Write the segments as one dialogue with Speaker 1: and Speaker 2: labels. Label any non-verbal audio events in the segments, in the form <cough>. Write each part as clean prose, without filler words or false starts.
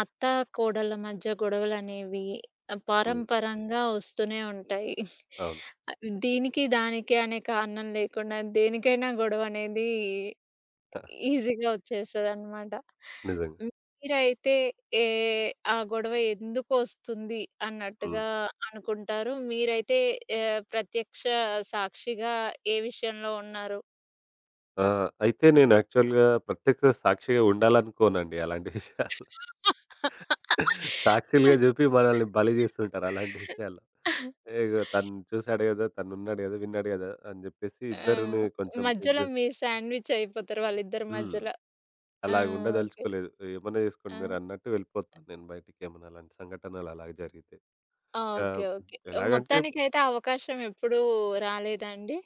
Speaker 1: అత్త, కోడళ్ళ మధ్య గొడవలనేవి
Speaker 2: హ్మ్.
Speaker 1: పారంపరంగా వస్తూనే ఉంటాయి.
Speaker 2: అవును.
Speaker 1: ఆహ్, దీనికి, దానికి అనే కారణం లేకుండా దేనికైనా గొడవనేది ఈజీగా వచ్చేస్తదనమాట.
Speaker 2: నిజంగా.
Speaker 1: మీరైతే ఏ ఆ గొడవ ఎందుకు వస్తుంది
Speaker 2: హ్మ్.
Speaker 1: అన్నట్టుగా అనుకుంటారు? మీరైతే ప్రత్యక్ష సాక్షిగా ఏ విషయంలో ఉన్నారు?
Speaker 2: అయితే నేను యాక్చువల్‌గా ప్రత్యక్ష సాక్షిగా ఉండాలనుకోనండి అలాంటి విషయాల్లో. సాక్షులుగా జెప్పి మనల్ని బలి జేస్తుంటారు అలాంటి విషయాల్లో.
Speaker 1: <laughs>
Speaker 2: ఇగో తను చూసాడు గదా! తనున్నాడు గదా! విన్నాడు గదా! అని జెప్పేసి
Speaker 1: ఆ!
Speaker 2: ఇద్దరిని కొంచెం ఇది
Speaker 1: మధ్యలో
Speaker 2: జేస్
Speaker 1: మీరు శాండ్‌విచ్ అయిపోతారు వాళ్ళిద్దరి
Speaker 2: హ్మ్.
Speaker 1: మధ్యలో. ఆ!
Speaker 2: అలాగ
Speaker 1: ఓకే.
Speaker 2: ఉండదలుచుకోలేదు. ఏమన్నా జేసుకోండి
Speaker 1: ఆ!
Speaker 2: మీరన్నట్టు వెళ్ళిపోతాను నేను బయటికి ఏమన్నా అలాంటి సంఘటనలు అలాగ జరిగితే.
Speaker 1: ఆ!
Speaker 2: ఆహ్,
Speaker 1: ఓకే. ఓకే.
Speaker 2: ఎలాగంటే
Speaker 1: మొత్తానికైతే అవకాశం ఎప్పుడూ రాలేదా అండి?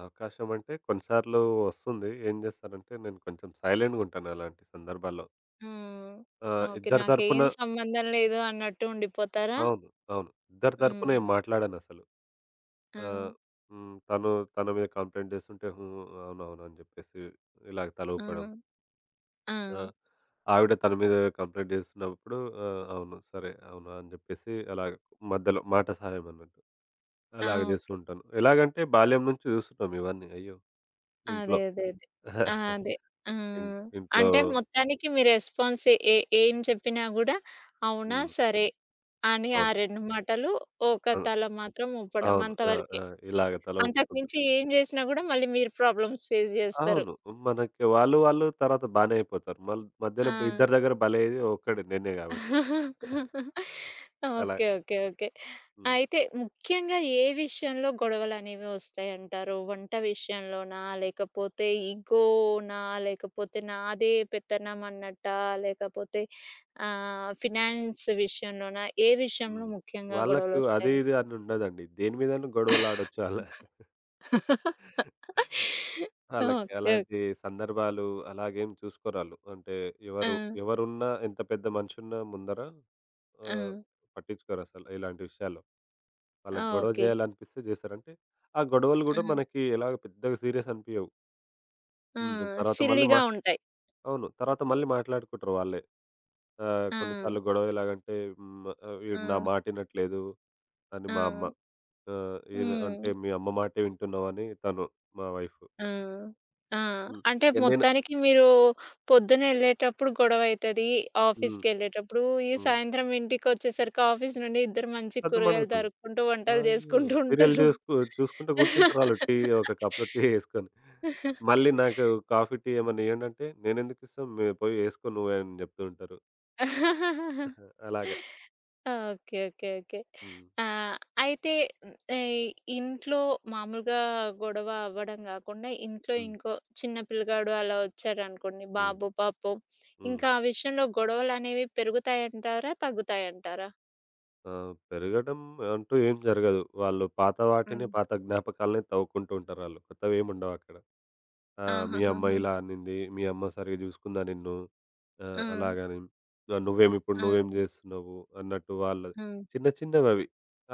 Speaker 2: అవకాశం అంటే కొన్నిసార్లు వస్తుంది. ఏం చేస్తానంటే నేను కొంచెం సైలెంట్‌గా ఉంటాను అలాంటి సందర్భాల్లో.
Speaker 1: హ్మ్.
Speaker 2: ఆహ్,
Speaker 1: ఓకే.
Speaker 2: ఇద్దరి తరపున
Speaker 1: నాకేం సంబంధం లేదు అన్నట్టు ఉండిపోతారా?
Speaker 2: అవును. అవును. ఇద్దరి తరపున ఏం
Speaker 1: హ్మ్.
Speaker 2: మాట్లాడనసలు.
Speaker 1: ఆ!
Speaker 2: ఆహ్, హ్మ్. తన మీద కంప్లెయింట్ చేస్తుంటే హ్మ్. అవునవును అని చెప్పేసి ఇలాగ తల
Speaker 1: ఆ!
Speaker 2: ఊపడం.
Speaker 1: ఆ!
Speaker 2: ఆ! ఆవిడ తన మీద కంప్లెయింట్ చేస్తున్నప్పుడు ఆ! అవును. సరే. అవునా అని చెప్పేసి అలాగ మధ్యలో మాట సహాయం అన్నట్టు.
Speaker 1: ఆ!
Speaker 2: అలాగ చేస్తూ
Speaker 1: ఓకే.
Speaker 2: ఉంటాను. ఎలాగంటే బాల్యం నుంచి చూస్తున్నాం ఇవన్నీ అయ్యో! ఇంట్లో.
Speaker 1: అదే. అదే. అదే. ఆ!
Speaker 2: <laughs>
Speaker 1: అదే. ఆ!
Speaker 2: ఇన్ ఇంట్లో
Speaker 1: అంటే మొత్తానికి మీ రెస్పాన్స్ ఏ ఏం చెప్పినా గూడా అవునా?
Speaker 2: హ్మ్.
Speaker 1: సరే. అని ఆ
Speaker 2: అవును.
Speaker 1: 2 మాటలు ఒక
Speaker 2: అవును.
Speaker 1: తల మాత్రం ఊపడం
Speaker 2: అవును. ఆ! ఆ!
Speaker 1: అంతవరకే.
Speaker 2: ఇలాగ తల
Speaker 1: అంతకు
Speaker 2: ఊపుకుంటూ
Speaker 1: మించి ఏం జేసినా గూడా మళ్ళీ మీరు ప్రాబ్లమ్స్ ఫేస్ జేస్తారు.
Speaker 2: అవును. మనకి వాళ్ళు వాళ్ళు తర్వాత బానే అయిపోతారు. మధ్యలో
Speaker 1: ఆ!
Speaker 2: ఇద్దరి దగ్గర బలయ్యేది ఒక్కడే నేనే గాబట్టి. అలా.
Speaker 1: ఓకే. ఓకే. ఓకే.
Speaker 2: హ్మ్.
Speaker 1: అయితే ముఖ్యంగా ఏ విషయంలో గొడవలనేవి ఒస్తాయంటారు? వంట విషయంలోనా? లేకపోతే ఇగోనా? లేకపోతే నాదే పెత్తనం అన్నట్టా? లేకపోతే ఫినాన్స్ విషయంలోనా? ఏ విషయంలో
Speaker 2: హ్మ్.
Speaker 1: ముఖ్యంగా
Speaker 2: వాళ్ళకు అది
Speaker 1: గొడవలొస్తాయండి?
Speaker 2: ఇది అని ఉండదండి. దేని మీదను గొడవలాడొచ్చు ఆళ్ళు.
Speaker 1: ఓకే.
Speaker 2: ఆళ్ళకి
Speaker 1: ఓకే.
Speaker 2: అలాంటి సందర్భాలు అలాగేం చూసుకోరాళ్ళు. అంటే
Speaker 1: ఆ!
Speaker 2: ఎవరు ఎవరున్నా ఎంత పెద్ద మనిషున్నా ముందర
Speaker 1: ఆ!
Speaker 2: ఆహ్, పట్టించుకోరసలు ఇలాంటి విషయాల్లో.
Speaker 1: ఆ!
Speaker 2: వాళ్ళకి గొడవ
Speaker 1: ఓకే.
Speaker 2: చేయాలనిపిస్తే చేస్తారు. అంటే ఆ గొడవలు గూడా
Speaker 1: ఆ!
Speaker 2: మనకి ఎలాగ పెద్దగా సీరియస్ అనిపియవు.
Speaker 1: ఆ!
Speaker 2: హ్మ్. హ్మ్. తర్వాత మళ్ళీ మా
Speaker 1: సిల్లీగా ఉంటాయి.
Speaker 2: అవును. తర్వాత మళ్ళీ మాట్లాడుకుంటారు వాళ్ళే.
Speaker 1: ఆ!
Speaker 2: కొన్నిసార్లు గొడవ ఎలాగంటే హ్మ్.
Speaker 1: ఆ!
Speaker 2: వీడు నా మాటినట్లేదు అని
Speaker 1: ఆ!
Speaker 2: మా అమ్మ. ఈయన
Speaker 1: హ్మ్.
Speaker 2: అంటే మీ అమ్మ మాటే వింటున్నావని తను మా వైఫ్.
Speaker 1: ఆ! ఆ!
Speaker 2: హ్మ్.
Speaker 1: అంటే
Speaker 2: నేను
Speaker 1: మొత్తానికి మీరు పొద్దునెళ్ళేటప్పుడు గొడవైతది.
Speaker 2: హ్మ్.
Speaker 1: ఆఫీస్‌కెళ్ళేటప్పుడు, ఈ
Speaker 2: హ్మ్.
Speaker 1: సాయంత్రం ఇంటికొచ్చేసరికి ఆఫీస్ నుండి ఇద్దరు మంచి కూరగాయలు
Speaker 2: సద్దుమణుగుతుంది.
Speaker 1: తరుక్కుంటూ, వంటలు
Speaker 2: అయ్యో!
Speaker 1: చేసుకుంటూ
Speaker 2: సీరియల్
Speaker 1: ఉంటారు.
Speaker 2: చూసుకుంటూ గూర్చుంటారాళ్ళు ఒక కప్‌లో టీ యేసుకొని. మళ్ళీ నాకు కాఫీ, టీ ఏమన్నా ఇయ్యండంటే, "నేనెందుకిస్తాం మే పోయి యేసుకో నువ్వే" అని జెప్తూ ఉంటారు.
Speaker 1: ఆ!
Speaker 2: అలాగా.
Speaker 1: ఓకే. ఓకే. ఓకే.
Speaker 2: హ్మ్.
Speaker 1: ఆహ్, అయితే హ్మ్. ఇంట్లో మామూలుగా గొడవ అవ్వడం గాకుండా, ఇంట్లో
Speaker 2: హ్మ్.
Speaker 1: ఇంకో చిన్న పిల్లగాడు అలా వచ్చాడనుకోండి
Speaker 2: హ్మ్.
Speaker 1: బాబో, పాపో
Speaker 2: హ్మ్.
Speaker 1: ఇంకా ఆ విషయంలో గొడవలనేవి పెరుగుతాయంటారా? తగ్గుతాయంటారా?
Speaker 2: పెరగడం అంటూ ఏం జరగదు. వాళ్ళు పాత వాటిని,
Speaker 1: హ్మ్.
Speaker 2: పాత జ్ఞాపకాలనే తవ్వుకుంటూ ఉంటారాళ్ళు. కొత్తవేముండవక్కడ. ఆ! మీ అమ్మ
Speaker 1: ఆహాహాహా!
Speaker 2: ఇలా అనింది. మీ అమ్మ సరిగ్గా చూసుకుందా నిన్ను?
Speaker 1: ఆ!
Speaker 2: అలాగని
Speaker 1: ఆ!
Speaker 2: నువ్వేం జేస్తున్నావు? అన్నట్టు వాళ్ళది
Speaker 1: హ్మ్.
Speaker 2: చిన్న చిన్నవవి.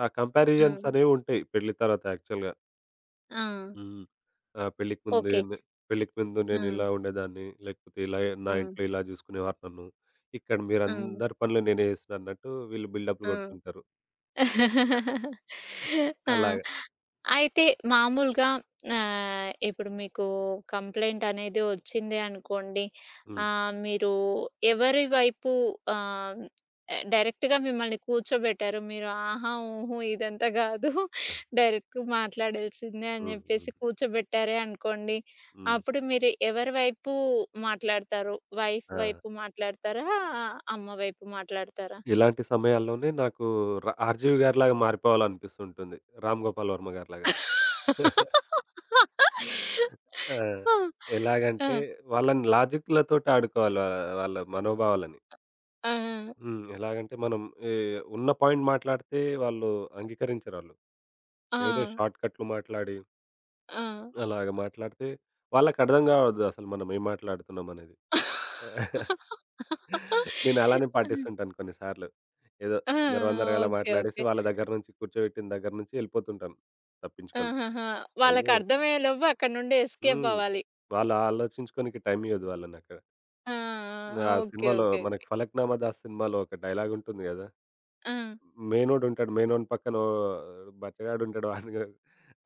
Speaker 2: ఆ కంపారిజన్స్
Speaker 1: హ్మ్.
Speaker 2: అనేవుంటాయి పెళ్లి తర్వాత యాక్చువల్‌గా.
Speaker 1: ఆ! ఆ!
Speaker 2: హ్మ్. ఆ! పెళ్ళికి ముందే
Speaker 1: ఓకే.
Speaker 2: నే పెళ్ళికి ముందు
Speaker 1: హ్మ్.
Speaker 2: నేనిలా ఉండేదాన్ని. లేకపోతే ఇలా నా
Speaker 1: హ్మ్.
Speaker 2: ఇంట్లో ఇలా చూసుకునేవారు నన్ను. ఇక్కడ
Speaker 1: హ్మ్.
Speaker 2: మీరందరి పనులు నేనే చేస్తున్నా అన్నట్టు వీళ్ళు బిల్డప్‌లు
Speaker 1: ఆ!
Speaker 2: కొడుతుంటారు. <laughs>
Speaker 1: <laughs> ఆ!
Speaker 2: అలాగా.
Speaker 1: అయితే మామూలుగా ఇప్పుడు మీకు కంప్లెయింట్ అనేది వచ్చింది అనుకోండి.
Speaker 2: హ్మ్.
Speaker 1: మీరు ఎవరి వైపు ఆహ్, డైరెక్ట్‌గా మిమ్మల్ని కూర్చోబెట్టారు. మీరు ఆహా! ఊహు ఇదంతా కాదు. డైరెక్ట్ మాట్లాడాల్సిందే అని
Speaker 2: హ్మ్. హ్మ్.
Speaker 1: చెప్పేసి కూర్చోబెట్టారే అనుకోండి.
Speaker 2: హ్మ్.
Speaker 1: అప్పుడు మీరు ఎవరి వైపు మాట్లాడతారు? వైఫ్
Speaker 2: ఆ!
Speaker 1: వైపు మాట్లాడతారా? అమ్మ వైపు మాట్లాడతారా?
Speaker 2: ఇలాంటి సమయాల్లోనే నాకు 'ఆర్‌జీవి' గారిలాగా మారిపోవాలనిపిస్తుంటుంది. 'రామ్ గోపాల్ వర్మ' గారిలాగా.
Speaker 1: <laughs>
Speaker 2: ఆ!
Speaker 1: ఆ!
Speaker 2: ఎలాగంటే
Speaker 1: ఆ!
Speaker 2: వాళ్ళని లాజిక్‌లతోటి ఆడుకోవాలి. వాళ్ళ మనోభావాలని.
Speaker 1: ఆ!
Speaker 2: హ్మ్. ఎలాగంటే మనం ఏ ఉన్న పాయింట్ మాట్లాడితే వాళ్ళు అంగీకరించరాళ్ళు.
Speaker 1: ఆ!
Speaker 2: ఏదో షార్ట్‌కట్లు మాట్లాడి
Speaker 1: ఆ!
Speaker 2: అలాగ మాట్లాడితే వాళ్ళకర్థం కావద్దు అసలు మనం ఏం మాట్లాడుతున్నామనేది. నేను అలానే
Speaker 1: ఆ!
Speaker 2: పాటిస్తుంటాను కొన్నిసార్లు. ఏదో
Speaker 1: ఆ!
Speaker 2: చిందరవందరగా
Speaker 1: ఓకే.
Speaker 2: మాట్లాడేసి
Speaker 1: ఓకే.
Speaker 2: వాళ్ళ దగ్గర నుంచి కూర్చోబెట్టిన దగ్గర నుంచి వెళ్ళిపోతుంటాను తప్పించుకొని.
Speaker 1: ఆహాహా!
Speaker 2: అయ్యో!
Speaker 1: వాళ్ళకర్థమయ్యేలోపు అక్కడి నుండి ఎస్కేప్
Speaker 2: హ్మ్.
Speaker 1: అవ్వాలి.
Speaker 2: వాళ్ళు ఆలోచించుకోనికి టైమియ్యదు వాళ్ళనక్కడ.
Speaker 1: ఆ! ఆ!
Speaker 2: ఆ
Speaker 1: ఓకే.
Speaker 2: సినిమాలో
Speaker 1: ఓకే.
Speaker 2: మనకి
Speaker 1: ఓకే.
Speaker 2: 'ఫలక్నామా దాస్' సినిమాలో ఒక డైలాగుంటుంది గదా!
Speaker 1: ఆ!
Speaker 2: మేనోడుంటాడు. మేనోని పక్కన ఓహ్! బచ్చగాడుంటాడు.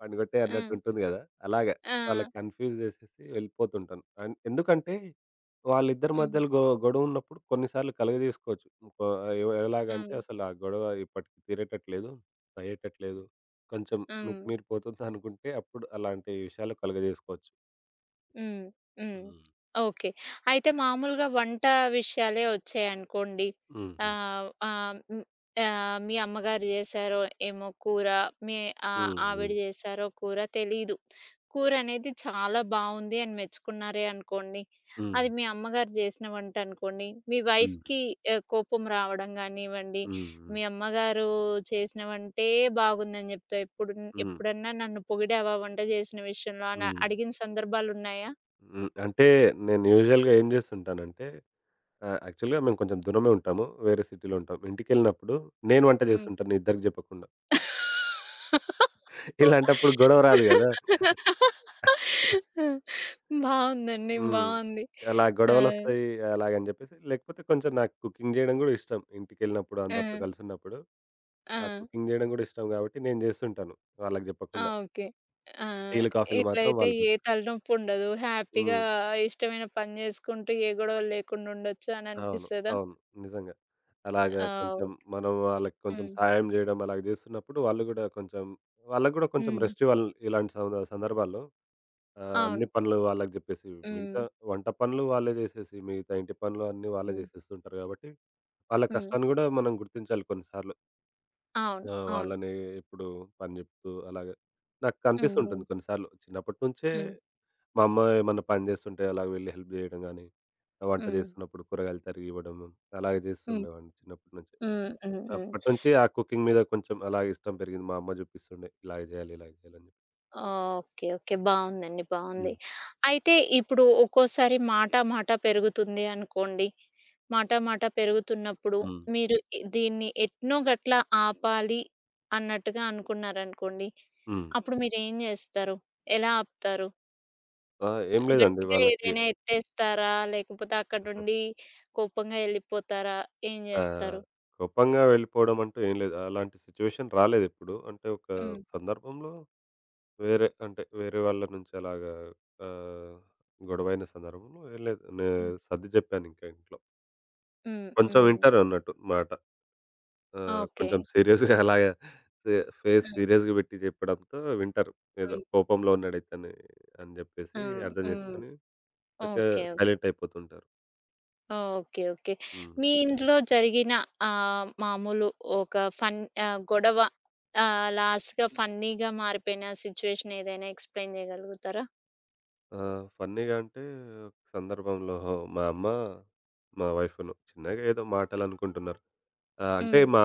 Speaker 2: వాడిని గొట్టేయి
Speaker 1: ఆ!
Speaker 2: అన్నట్టుంటుంది గదా! అలాగా.
Speaker 1: ఆ!
Speaker 2: వాళ్ళకి కన్‌ఫ్యూజ్ జేసేసి వెళ్ళిపోతుంటాను. అండ్ ఎందుకంటే, వాళ్ళిద్దరి
Speaker 1: హ్మ్.
Speaker 2: మధ్యలో గొడవున్నప్పుడు కొన్నిసార్లు కలగజేసుకోవచ్చు. ఇంకో ఎలాగంటే,
Speaker 1: హ్మ్.
Speaker 2: అసలు ఆ గొడవ ఇప్పటికి తీరేటట్టు లేదు, అయ్యేటట్లేదు, కొంచెం
Speaker 1: హ్మ్.
Speaker 2: మితిమీరిపోతుందనుకుంటే అప్పుడు అలాంటి విషయాలు కలుగజేసుకోవచ్చు.
Speaker 1: హ్మ్. హ్మ్.
Speaker 2: హ్మ్.
Speaker 1: ఓకే. అయితే మామూలుగా వంట విషయాలే వచ్చాయనుకోండి.
Speaker 2: హ్మ్. హ్మ్.
Speaker 1: ఆహ్, ఆహ్, హ్మ్. ఆహ్, మీ అమ్మగారు జేశారో ఏమో కూర, మీ
Speaker 2: హ్మ్.
Speaker 1: ఆవిడ జేశారో కూర తెలీదు. కూరనేది చాలా బావుంది అని మెచ్చుకున్నారే అనుకోండి.
Speaker 2: హ్మ్.
Speaker 1: అది మీ అమ్మగారు జేసిన వంట అనుకోండి. మీ
Speaker 2: హ్మ్. హ్మ్.
Speaker 1: వైఫ్‌కి కోపం రావడం గానివ్వండి,
Speaker 2: హ్మ్.
Speaker 1: మీ అమ్మగారు చేసిన వంటే బాగుందని జెప్తావు.
Speaker 2: హ్మ్. హ్మ్.
Speaker 1: ఎప్పుడన్నా నన్ను పొగిడావా వంట జేసిన విషయంలో అని
Speaker 2: హ్మ్.
Speaker 1: అడిగిన సందర్భాలున్నాయా?
Speaker 2: హ్మ్. అంటే నేను యూజువల్‌గా ఏం జేస్తుంటానంటే యాక్చువల్‌గా మేము కొంచెం దూరమే ఉంటాము. వేరే సిటీలో ఉంటాం. ఇంటికెళ్ళినప్పుడు నేను వంట
Speaker 1: హ్మ్.
Speaker 2: జేస్తుంటాను ఇద్దరికి జెప్పకుండా. ఇలాంటప్పుడు గొడవ రాదు గదా!
Speaker 1: బావుందండి.
Speaker 2: హ్మ్.
Speaker 1: బావుంది.
Speaker 2: అలా
Speaker 1: ఆహ్,
Speaker 2: గొడవలొస్తాయి అలాగని జెప్పేసి లేకపోతే కొంచెం నాకు కుకింగ్ జేయడం గూడా ఇష్టం. ఇంటికెళ్ళినప్పుడు
Speaker 1: ఆ!
Speaker 2: అందరితో కలిసున్నప్పుడు
Speaker 1: ఆ!
Speaker 2: ఆ కుకింగ్ జేయడం గూడా ఇష్టం గాబట్టి నేను జేస్తుంటాను వాళ్ళకి
Speaker 1: ఆ!
Speaker 2: జెప్పకుండా.
Speaker 1: ఓకే. ఆ!
Speaker 2: టీలు, కాఫీలు మాత్రం
Speaker 1: ఇట్లయితే
Speaker 2: వాళ్ళు
Speaker 1: ఏ
Speaker 2: పెడతారు.
Speaker 1: తలనొప్పుండదు. హ్యాపీగా
Speaker 2: హ్మ్.
Speaker 1: ఇష్టమైన పని చేసుకుంటూ ఏ గొడవలు లేకుండా ఉండొచ్చు అని
Speaker 2: అవును.
Speaker 1: అనిపిస్తదా?
Speaker 2: అవును. నిజంగా. అలాగా
Speaker 1: ఆ!
Speaker 2: కొంచెం
Speaker 1: ఓకే.
Speaker 2: మనం వాళ్ళకి కొంచెం
Speaker 1: హ్మ్.
Speaker 2: సహాయం జేయడం అలాగ జేస్తున్నప్పుడు వాళ్ళు గూడా కొంచెం వాళ్ళకి గూడా కొంచెం
Speaker 1: హ్మ్.
Speaker 2: రెస్ట్ ఇవ్వాలి. ఇలాంటి సందర్భాల్లో అన్ని
Speaker 1: అవును.
Speaker 2: పనులు వాళ్ళకి జెప్పేసి
Speaker 1: హ్మ్.
Speaker 2: మిగతా వంట పనులు వాళ్ళే జేసేసి, మిగతా ఇంటి పనులు అన్నీ వాళ్ళే
Speaker 1: హ్మ్.
Speaker 2: జేసేస్తుంటారు గాబట్టి, వాళ్ళ
Speaker 1: హ్మ్.
Speaker 2: కష్టాన్ని గూడా మనం గుర్తించాలి కొన్నిసార్లు.
Speaker 1: అవును. అవును.
Speaker 2: వాళ్ళని ఎప్పుడు పని జెప్తూ అలాగా నాకు
Speaker 1: హ్మ్.
Speaker 2: కనిపిస్తుంటుంది కొన్నిసార్లు. చిన్నప్పటి నుంచే
Speaker 1: హ్మ్.
Speaker 2: మా అమ్మ ఏమన్నా పని చేస్తుంటే అలాగ వెళ్ళి హెల్ప్ జేయడం గానీ, వంట
Speaker 1: హ్మ్.
Speaker 2: జేస్తున్నప్పుడు కూరగాయలు తరిగివ్వడం, అలాగే
Speaker 1: హ్మ్.
Speaker 2: జేస్తుండేవాడిని చిన్నప్పటి నుంచి.
Speaker 1: హ్మ్. హ్మ్. హ్మ్. హ్మ్.
Speaker 2: అప్పటి నుంచి ఆ కుకింగ్ మీద కొంచెం అలాగే ఇష్టం పెరిగింది. మా అమ్మ జూపిస్తుండే ఇలాగ జేయాలి, ఇలాగ జేయాలి అని జెప్పి.
Speaker 1: ఓకే. ఓకే. బావుందండి. బావుంది.
Speaker 2: హ్మ్.
Speaker 1: అయితే ఇప్పుడు ఒక్కోసారి మాట మాట పెరుగుతుంది అనుకోండి. మాట మాట పెరుగుతున్నప్పుడు
Speaker 2: హ్మ్.
Speaker 1: మీరు దీన్ని ఎట్నో గట్ల ఆపాలి అన్నట్టుగా అనుకున్నారనుకోండి.
Speaker 2: హ్మ్.
Speaker 1: అప్పుడు మీరేం జేస్తారు? ఎలా ఆపుతారు?
Speaker 2: ఆ! ఏం లేదండి
Speaker 1: గట్టిగా
Speaker 2: వాళ్ళకి
Speaker 1: ఏదైనా ఎత్తేస్తారా? లేకపోతే అక్కడి నుండి కోపంగా ఎళ్ళిపోతారా? ఏం
Speaker 2: ఆహ్,
Speaker 1: జేస్తారు?
Speaker 2: కోపంగా వెళ్ళిపోవడం అంటూ ఏం లేదు. అలాంటి సిట్యుయేషన్ రాలేదెప్పుడు. అంటే ఒక
Speaker 1: హ్మ్.
Speaker 2: సందర్భంలో వేరే వాళ్ళ నుంచి అలాగా ఆహ్, గొడవైన సందర్భంలో ఏం లేదు.
Speaker 1: హ్మ్.
Speaker 2: సర్ది జెప్పానింకా ఇంట్లో.
Speaker 1: హ్మ్.
Speaker 2: కొంచెం
Speaker 1: హ్మ్.
Speaker 2: వింటారన్నట్టు మాట. ఆ!
Speaker 1: ఓకే.
Speaker 2: కొంచెం సీరియస్‌గా <laughs> అలాగా ఫే ఫేస్
Speaker 1: హ్మ్.
Speaker 2: సీరియస్‌గా పెట్టి చెప్పడంతో వింటారు. ఏదో
Speaker 1: హ్మ్.
Speaker 2: కోపంలో ఉన్నాడు ఇతను అని జెప్పేసి
Speaker 1: హ్మ్.
Speaker 2: అర్థం
Speaker 1: హ్మ్.
Speaker 2: చేసుకొని ఒక
Speaker 1: ఓకే. ఓకే.
Speaker 2: సైలెంట్ అయిపోతుంటారు.
Speaker 1: ఓకే. ఓకే.
Speaker 2: హ్మ్.
Speaker 1: మీ ఇంట్లో జరిగిన మామూలు ఒక ఫన్ గొడవ లాస్ట్‌గా ఫన్నీగా మారిపోయిన సిట్యుయేషన్ ఏదైనా ఎక్స్‌ప్లెయిన్ చేయగలుగుతారా?
Speaker 2: ఆ! ఫన్నీగా అంటే ఒక సందర్భంలో మా అమ్మ, మా వైఫ్‌ను చిన్నగా ఏదో మాటలనుకుంటున్నారు. ఆ! అంటే
Speaker 1: హ్మ్.
Speaker 2: మా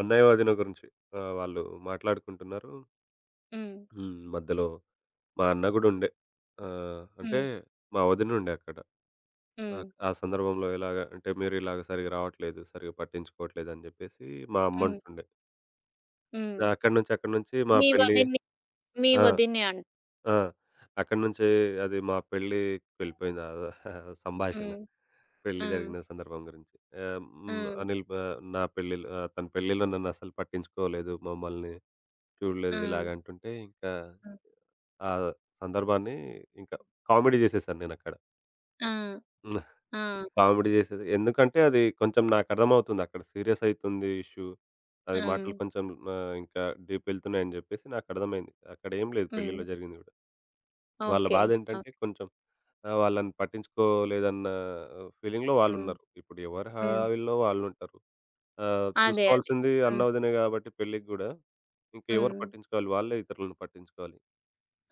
Speaker 2: అన్నయ్య, వదిన గురించి వాళ్ళు మాట్లాడుకుంటున్నారు.
Speaker 1: హ్మ్.
Speaker 2: హ్మ్. మధ్యలో మా అన్న గూడా ఉండే. అంటే
Speaker 1: హ్మ్.
Speaker 2: మా వదినుండే అక్కడ. ఆ!
Speaker 1: హ్మ్.
Speaker 2: ఆ సందర్భంలో ఎలాగా అంటే, "మీరిలాగ సరిగ్గా రావట్లేదు, సరిగ్గా పట్టించుకోవట్లేదు" అని జెప్పేసి మా
Speaker 1: హ్మ్.
Speaker 2: అమ్మంటుండే.
Speaker 1: హ్మ్.
Speaker 2: అక్కడి నుంచి మా
Speaker 1: మీ
Speaker 2: పెళ్లి
Speaker 1: వదిన్ని మీ
Speaker 2: ఆ!
Speaker 1: వదిన్ని అన్
Speaker 2: ఆ! అక్కడి నుంచి అది మా పెళ్ళికి వెళ్ళిపోయింది. ఆ <laughs> సంభాషణ.
Speaker 1: హ్మ్.
Speaker 2: పెళ్లి
Speaker 1: ఆ!
Speaker 2: జరిగిన సందర్భం గురించి.
Speaker 1: ఆ!
Speaker 2: హ్మ్. అనిల్ బ తన పెళ్ళిలో నన్నసలు పట్టించుకోలేదు, మమ్మల్ని చూడలేదు
Speaker 1: ఆ!
Speaker 2: ఇలాగ అంటుంటే, ఇంకా ఆ సందర్భాన్ని ఇంకా కామెడీ జేసేశాను నేనక్కడ.
Speaker 1: ఆ! ఆ!
Speaker 2: కామెడీ చేసేది. ఎందుకంటే అది కొంచెం నాకర్థమవుతుంది. అక్కడ సీరియస్ అయితుంది ఇష్యూ. అది
Speaker 1: ఆ!
Speaker 2: మాటలు కొంచెం ఇంకా డీప్ వెళ్తున్నాయని చెప్పేసి నాకర్థమైంది. అక్కడ ఏం లేదు
Speaker 1: హ్మ్.
Speaker 2: పెళ్ళిలో జరిగింది గూడా. వాళ్ళ
Speaker 1: ఓకే.
Speaker 2: బాధేంటంటే
Speaker 1: ఓకే.
Speaker 2: కొంచెం వాళ్ళని పట్టించుకోలేదన్న ఫీలింగ్‌లో
Speaker 1: హ్మ్.
Speaker 2: వాళ్ళున్నారు. ఇప్పుడు ఎవరి
Speaker 1: హ్మ్.
Speaker 2: హాయిల్లో వాళ్ళుంటారు.
Speaker 1: అదే. అదే.
Speaker 2: చూసుకోవాల్సింది అన్న,
Speaker 1: హ్మ్.
Speaker 2: వదినే గాబట్టి పెళ్ళికి గూడా ఇంక ఎవరు
Speaker 1: హ్మ్.
Speaker 2: పట్టించుకోవాలి? వాళ్ళే ఇతరులను పట్టించుకోవాలి.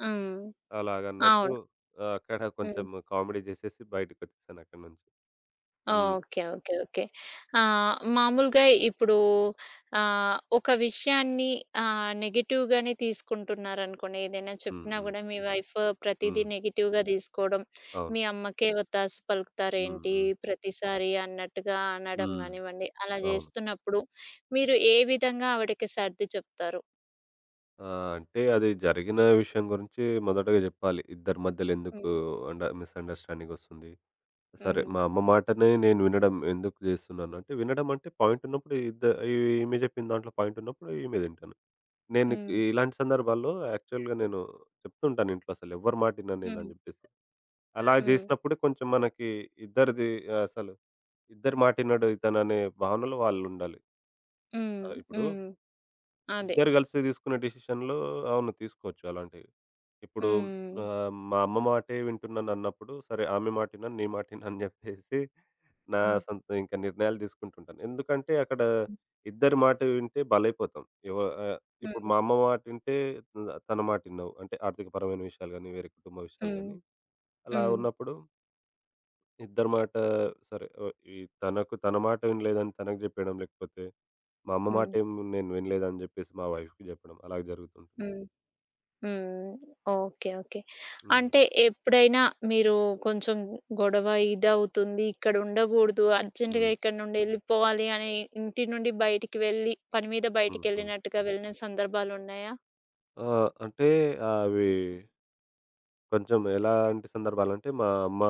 Speaker 1: హ్మ్.
Speaker 2: అలాగన్నట్టు
Speaker 1: అవును.
Speaker 2: అక్కడ
Speaker 1: హ్మ్.
Speaker 2: కొంచెం కామెడీ చేసేసి బయటకొచ్చేసానక్కడి నుంచి. హ్మ్.
Speaker 1: ఓకే. ఓకే. ఓకే. మామూలుగా ఇప్పుడు ఒక విషయాన్ని నెగెటివ్‌గానే తీసుకుంటున్నారనుకోండి. ఏదైనా
Speaker 2: హ్మ్.
Speaker 1: చెప్పినా
Speaker 2: హ్మ్.
Speaker 1: గూడా మీ వైఫ్ ప్రతీదీ
Speaker 2: హ్మ్.
Speaker 1: నెగెటివ్‌గా తీసుకోవడం,
Speaker 2: అవును.
Speaker 1: మీ అమ్మకే ఒత్తాసు
Speaker 2: హ్మ్.
Speaker 1: పలుకుతారేంటి
Speaker 2: హ్మ్.
Speaker 1: ప్రతిసారి అన్నట్టుగా అనడం
Speaker 2: హ్మ్.
Speaker 1: గానివ్వండి, అలా
Speaker 2: అవును.
Speaker 1: జేస్తున్నప్పుడు మీరు ఏ విధంగా ఆవిడకి సర్ది చెప్తారు?
Speaker 2: ఆ! అంటే అది జరిగిన విషయం గురించి మొదటగా జెప్పాలి. ఇద్దరి మధ్యలో ఎందుకు
Speaker 1: హ్మ్.
Speaker 2: అండ మిస్‌అండర్‌స్టాండింగ్ ఒస్తుంది. సరే
Speaker 1: హ్మ్.
Speaker 2: మా అమ్మ మాటనే నేను వినడం ఎందుకు జేస్తున్నాను అంటే వినడం అంటే పాయింట్ ఉన్నప్పుడు ఈమె జెప్పిన దాంట్లో పాయింట్ ఉన్నప్పుడు ఈమెది వింటాను. నేను
Speaker 1: హ్మ్.
Speaker 2: ఇలాంటి సందర్భాల్లో యాక్చువల్‌గా నేను చెప్తుంటాను ఇంట్లో అసలు ఎవ్వరి మాట ఇనను నేను అని
Speaker 1: హ్మ్.
Speaker 2: జెప్పేసి. అలా
Speaker 1: హ్మ్.
Speaker 2: జేసినప్పుడే కొంచెం మనకి ఇద్దరిది ఆ, అసలు ఇద్దరి మాట ఇనడు ఇతననే భావనలో వాళ్ళుండాలి.
Speaker 1: హ్మ్.
Speaker 2: ఇప్పుడు
Speaker 1: హ్మ్. అదే.
Speaker 2: ఇద్దరు కలిసి తీసుకునే డెసిషన్‌లో అవును. తీసుకోవచ్చు అలాంటివి. ఇప్పుడు
Speaker 1: హ్మ్.
Speaker 2: మా అమ్మ మాటే వింటున్నాను అన్నప్పుడు, సరే ఆమె మాట ఇనను, నీ మాట ఇనను అని చెప్పేసి నా
Speaker 1: హ్మ్.
Speaker 2: సొంత ఇంకా నిర్ణయాలు తీసుకుంటుంటాను. ఎందుకంటే అక్కడ
Speaker 1: హ్మ్.
Speaker 2: ఇద్దరి మాట వింటే బలైపోతాం. ఎవ ఆహ్, ఇప్పుడు
Speaker 1: హ్మ్.
Speaker 2: మా అమ్మ మాట వింటే తన మాట ఇన్నావు. అంటే ఆర్థికపరమైన విషయాలు గాని, వేరే కుటుంబ విషయాలు
Speaker 1: హ్మ్.
Speaker 2: గాని అలా
Speaker 1: హ్మ్.
Speaker 2: ఉన్నప్పుడు ఇద్దరి మాట సరే ఈ తనకు తన మాట వినలేదని తనకు చెప్పేయడం, లేకపోతే మా అమ్మ మాట
Speaker 1: హ్మ్.
Speaker 2: ఏమి నేను వినలేదని చెప్పేసి మా వైఫ్‌కి చెప్పడం అలాగ జరుగుతుంటుంది.
Speaker 1: హ్మ్. హ్మ్. ఓకే. ఓకే.
Speaker 2: హ్మ్.
Speaker 1: అంటే ఎప్పుడైనా మీరు కొంచెం గొడవ ఇదవుతుంది, ఇక్కడ ఉండగూడదు, అర్జెంట్‌గా
Speaker 2: హ్మ్.
Speaker 1: ఇక్కడి నుండి ఎళ్ళిపోవాలి అని ఇంటి నుండి బయటికి వెళ్ళి, పని మీద
Speaker 2: హ్మ్. హ్మ్.
Speaker 1: బయటికెళ్ళినట్టుగా వెళ్ళిన సందర్భాలున్నాయా?
Speaker 2: ఆ! అంటే అవి కొంచెం ఎలాంటి సందర్భాలంటే, మా అమ్మ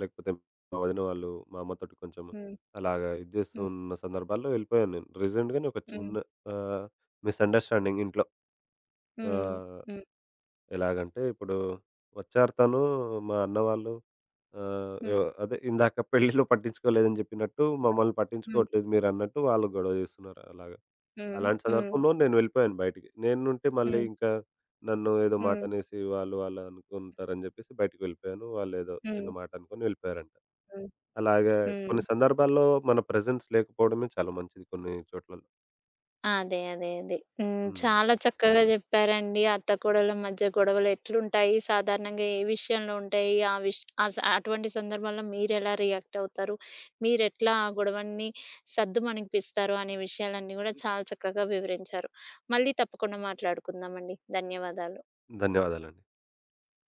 Speaker 2: లేకపోతే మా వదిన వాళ్ళు, మా అమ్మతోటి కొంచెం
Speaker 1: హ్మ్.
Speaker 2: అలాగా ఇది చేస్తూ
Speaker 1: హ్మ్.
Speaker 2: ఉన్న సందర్భాల్లో వెళ్ళిపోయాను నేను. రీసెంట్‌గానే ఒక
Speaker 1: హ్మ్.
Speaker 2: చిన్న ఆహ్, మిస్‌అండర్‌స్టాండింగ్ ఇంట్లో.
Speaker 1: హ్మ్.
Speaker 2: ఆహ్,
Speaker 1: హ్మ్.
Speaker 2: ఎలాగంటే ఇప్పుడు వచ్చారు తను, మా అన్న వాళ్ళు ఆహ్, ఎ
Speaker 1: హ్మ్.
Speaker 2: అదే ఇందాక పెళ్ళిలో పట్టించుకోలేదని చెప్పినట్టు, మమ్మల్ని
Speaker 1: హ్మ్.
Speaker 2: పట్టించుకోవట్లేదు మీరన్నట్టు వాళ్ళు గొడవ చేస్తున్నారు అలాగ.
Speaker 1: హ్మ్.
Speaker 2: అలాంటి
Speaker 1: హ్మ్.
Speaker 2: సందర్భంలో నేను వెళ్ళిపోయాను బయటికి. నేనుంటే మళ్ళీ
Speaker 1: హ్మ్.
Speaker 2: ఇంకా నన్ను ఏదో మాట
Speaker 1: హ్మ్.
Speaker 2: అనేసి వాళ్ళు వాళ్ళు అనుకుంటారని జెప్పేసి బయటికి వెళ్ళిపోయాను. వాళ్ళేదో
Speaker 1: హ్మ్.
Speaker 2: చిన్న మాట అనుకొని వెళ్ళిపోయారంట.
Speaker 1: హ్మ్.
Speaker 2: అలాగా
Speaker 1: హ్మ్.
Speaker 2: కొన్ని సందర్భాల్లో మన ప్రెజెన్స్ లేకపోవడమే చాలా మంచిది కొన్ని చోట్లలో.
Speaker 1: అదే. అదే. అదే. హ్మ్.
Speaker 2: హ్మ్.
Speaker 1: చాలా చక్కగా జెప్పారండి. అత్త కోడళ్ళ మధ్య గొడవలు ఎట్లుంటాయి? సాధారణంగా ఏ విషయంలో ఉంటాయి? ఆ విష్ అస్ అటువంటి సందర్భాల్లో మీరెలా రియాక్ట్ అవుతారు? మీరెట్లా ఆ గొడవని సద్దుమణిగిపిస్తారు? అనే విషయాలన్నీ గూడా చాలా చక్కగా వివరించారు. మళ్ళీ తప్పకుండా మాట్లాడుకుందామండి. ధన్యవాదాలు.
Speaker 2: ధన్యవాదాలండి.